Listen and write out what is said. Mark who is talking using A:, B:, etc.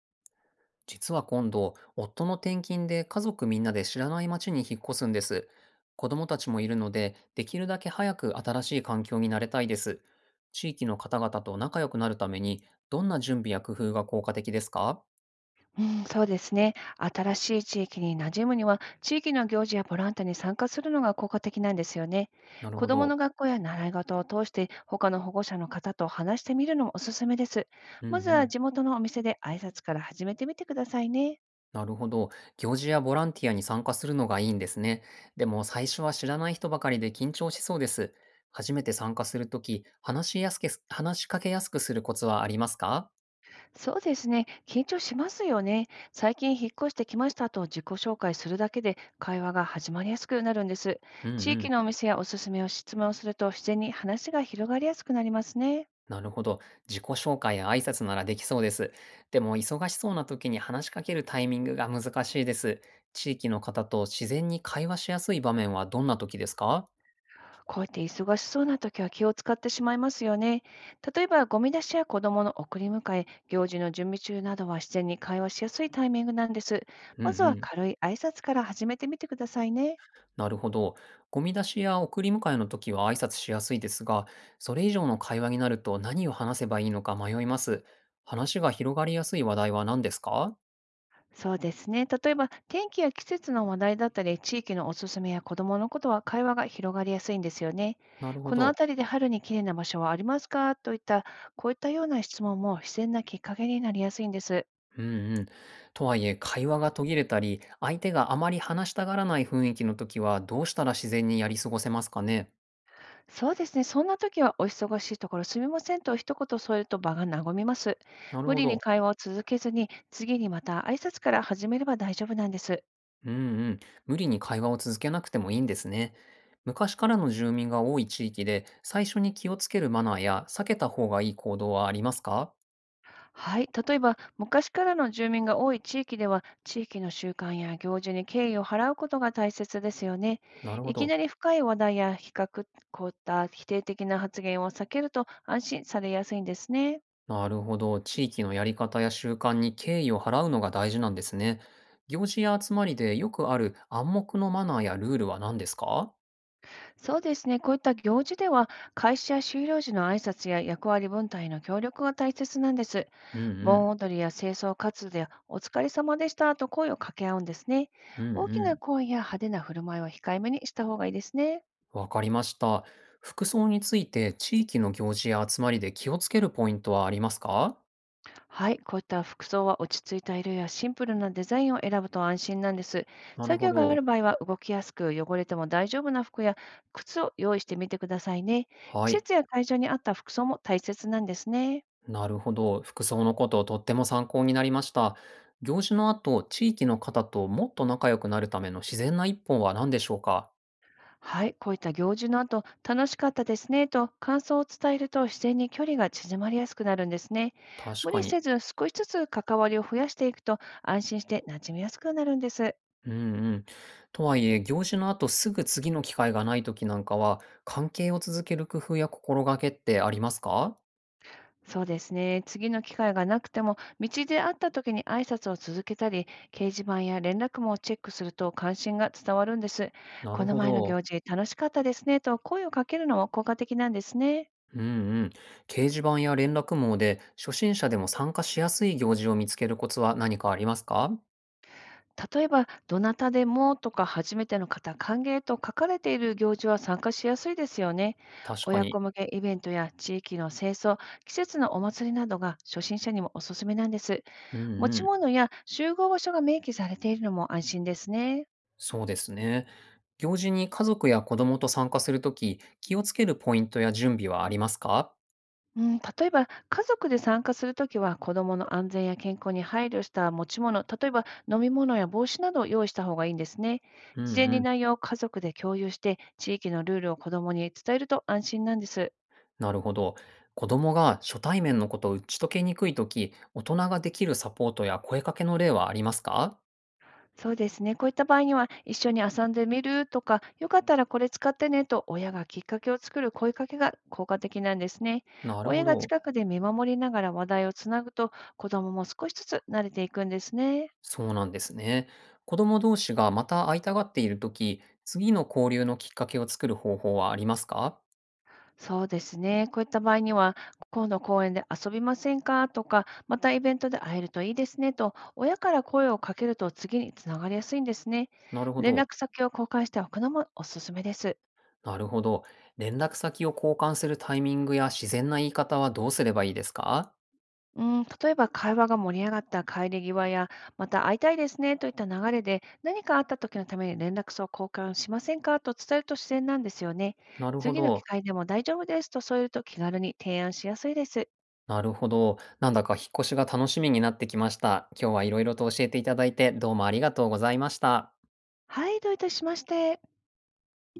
A: 実は今度、夫の転勤で家族みんなで知らない町に引っ越すんです。子供たちもいるので、できるだけ早く新しい環境に慣れたいです。地域の方々と仲良くなるために、どんな準備や工夫が効果的ですか？
B: うん、そうですね。新しい地域に馴染むには、地域の行事やボランティアに参加するのが効果的なんですよね。
A: なる
B: 子
A: ほ
B: どもの
A: ど。
B: 学校や習い事を通して、他の保護者の方と話してみるのもおすすめです。
A: うん
B: まず
A: う
B: は
A: ん。
B: 地元のお店で挨拶から始めてみてくださいね。
A: なるほど。行事やボランティアに参加するのがいいんですね。でも最初は知らない人ばかりで緊張しそうです。初めて参加するとき、話しかけやすくするコツはありますか？
B: そうですね。緊張しますよね。最近引っ越してきましたと自己紹介するだけで、会話が始まりやすくなるんです。
A: う
B: 地
A: んう
B: 域の
A: ん。
B: お店やおすすめを質問すると、自然に話が広がりやすくなりますね。
A: なるほど。自己紹介や挨拶ならできそうです。でも、忙しそうな時に話しかけるタイミングが難しいです。地域の方と自然に会話しやすい場面はどんな時ですか？
B: こうやって忙しそうな時は気を使ってしまいますよね。例えば、ゴミ出しや子供の送り迎え、行事の準備中などは自然に会話しやすいタイミングなんです。
A: うんう
B: まずは
A: ん。
B: 軽い挨拶から始めてみてくださいね。
A: なるほど。ゴミ出しや送り迎えの時は挨拶しやすいですが、それ以上の会話になると何を話せばいいのか迷います。話が広がりやすい話題は何ですか？
B: そうですね。例えば、天気や季節の話題だったり、地域のおすすめや子供のことは会話が広がりやすいんですよね。
A: なるほ
B: この
A: ど。
B: 辺りで春に綺麗な場所はありますかといった、こういったような質問も自然なきっかけになりやすいんです。
A: うんうん。とはいえ、会話が途切れたり、相手があまり話したがらない雰囲気の時は、どうしたら自然にやり過ごせますかね。
B: そうですね。そんな時は、お忙しいところすみませんと一言添えると場が和みます。
A: なる
B: 無
A: ほ
B: 理に
A: ど。
B: 会話を続けずに、次にまた挨拶から始めれば大丈夫なんです。
A: うんうん。無理に会話を続けなくてもいいんですね。昔からの住民が多い地域で、最初に気をつけるマナーや避けた方がいい行動はありますか？
B: はい。例えば、昔からの住民が多い地域では、地域の習慣や行事に敬意を払うことが大切ですよね。
A: なるほ
B: いき
A: ど。
B: なり深い話題や比較、こういった否定的な発言を避けると安心されやすいんですね。
A: なるほど。地域のやり方や習慣に敬意を払うのが大事なんですね。行事や集まりでよくある暗黙のマナーやルールは何ですか？
B: そうですね。こういった行事では、会社終了時の挨拶や役割分担への協力が大切なんです。
A: うんうん。
B: 盆踊りや清掃活動で、お疲れ様でしたと声を掛け合うんですね。
A: うん
B: 大きな
A: うん。
B: 声や派手な振る舞いは控えめにした方がいいですね。
A: わかりました。服装について地域の行事や集まりで気をつけるポイントはありますか？
B: はい、こういった服装は落ち着いた色やシンプルなデザインを選ぶと安心なんです。
A: なる
B: 作
A: ほ
B: 業があ
A: ど。
B: る場合は、動きやすく汚れても大丈夫な服や靴を用意してみてくださいね。
A: は
B: 季
A: い。
B: 節や会場に合った服装も大切なんですね。
A: なるほど。服装のこととっても参考になりました。行事の後、地域の方ともっと仲良くなるための自然な一本は何でしょうか？
B: はい、こういった行事の後、楽しかったですねと感想を伝えると自然に距離が縮まりやすくなるんですね。
A: 確
B: 無
A: か
B: 理せ
A: に。
B: ず少しずつ関わりを増やしていくと安心して馴染みやすくなるんです。
A: うんうん。とはいえ、行事の後すぐ次の機会がない時なんかは、関係を続ける工夫や心がけってありますか？
B: そうですね。次の機会がなくても、道で会った時に挨拶を続けたり、掲示板や連絡網をチェックすると関心が伝わるんです。
A: な
B: こ
A: る
B: の
A: ほ
B: 前の
A: ど。
B: 行事楽しかったですねと声をかけるのも効果的なんですね。
A: うんうん。掲示板や連絡網で初心者でも参加しやすい行事を見つけるコツは何かありますか？
B: 例えば、どなたでもとか初めての方歓迎と書かれている行事は参加しやすいですよね。
A: 確か
B: 親
A: に。
B: 子向けイベントや地域の清掃、季節のお祭りなどが初心者にもおすすめなんです。
A: うん
B: 持
A: う
B: ち
A: ん。
B: 物や集合場所が明記されているのも安心ですね。
A: そうですね。行事に家族や子供と参加するとき、気をつけるポイントや準備はありますか？
B: うん、例えば、家族で参加するときは子どもの安全や健康に配慮した持ち物、例えば飲み物や帽子などを用意した方がいいんですね。
A: うん
B: 事前
A: う
B: に
A: ん。
B: 内容を家族で共有して、地域のルールを子どもに伝えると安心なんです。
A: なるほど。子供が初対面のことを打ち解けにくいとき、大人ができるサポートや声かけの例はありますか？
B: そうですね。こういった場合には、一緒に遊んでみるとか、よかったらこれ使ってねと親がきっかけを作る声かけが効果的なんですね。
A: なる
B: 親
A: ほ
B: が
A: ど。
B: 近くで見守りながら話題をつなぐと、子どもも少しずつ慣れていくんですね。
A: そうなんですね。子供同士がまた会いたがっているとき、次の交流のきっかけを作る方法はありますか？
B: そうですね。こういった場合には、今度公園で遊びませんかとか、またイベントで会えるといいですねと、親から声をかけると次につながりやすいんですね。
A: なるほ
B: 連
A: ど。
B: 絡先を交換しておくのもおすすめです。
A: なるほど。連絡先を交換するタイミングや自然な言い方はどうすればいいですか？
B: うん、例えば会話が盛り上がった帰り際や、また会いたいですねといった流れで、何かあった時のために連絡先を交換しませんかと伝えると自然なんですよね。
A: なるほ
B: 次の機
A: ど。
B: 会でも大丈夫ですと添えると気軽に提案しやすいです。
A: なるほど。なんだか引っ越しが楽しみになってきました。今日はいろいろと教えていただいて、どうもありがとうございました。
B: はい、どういたしまして。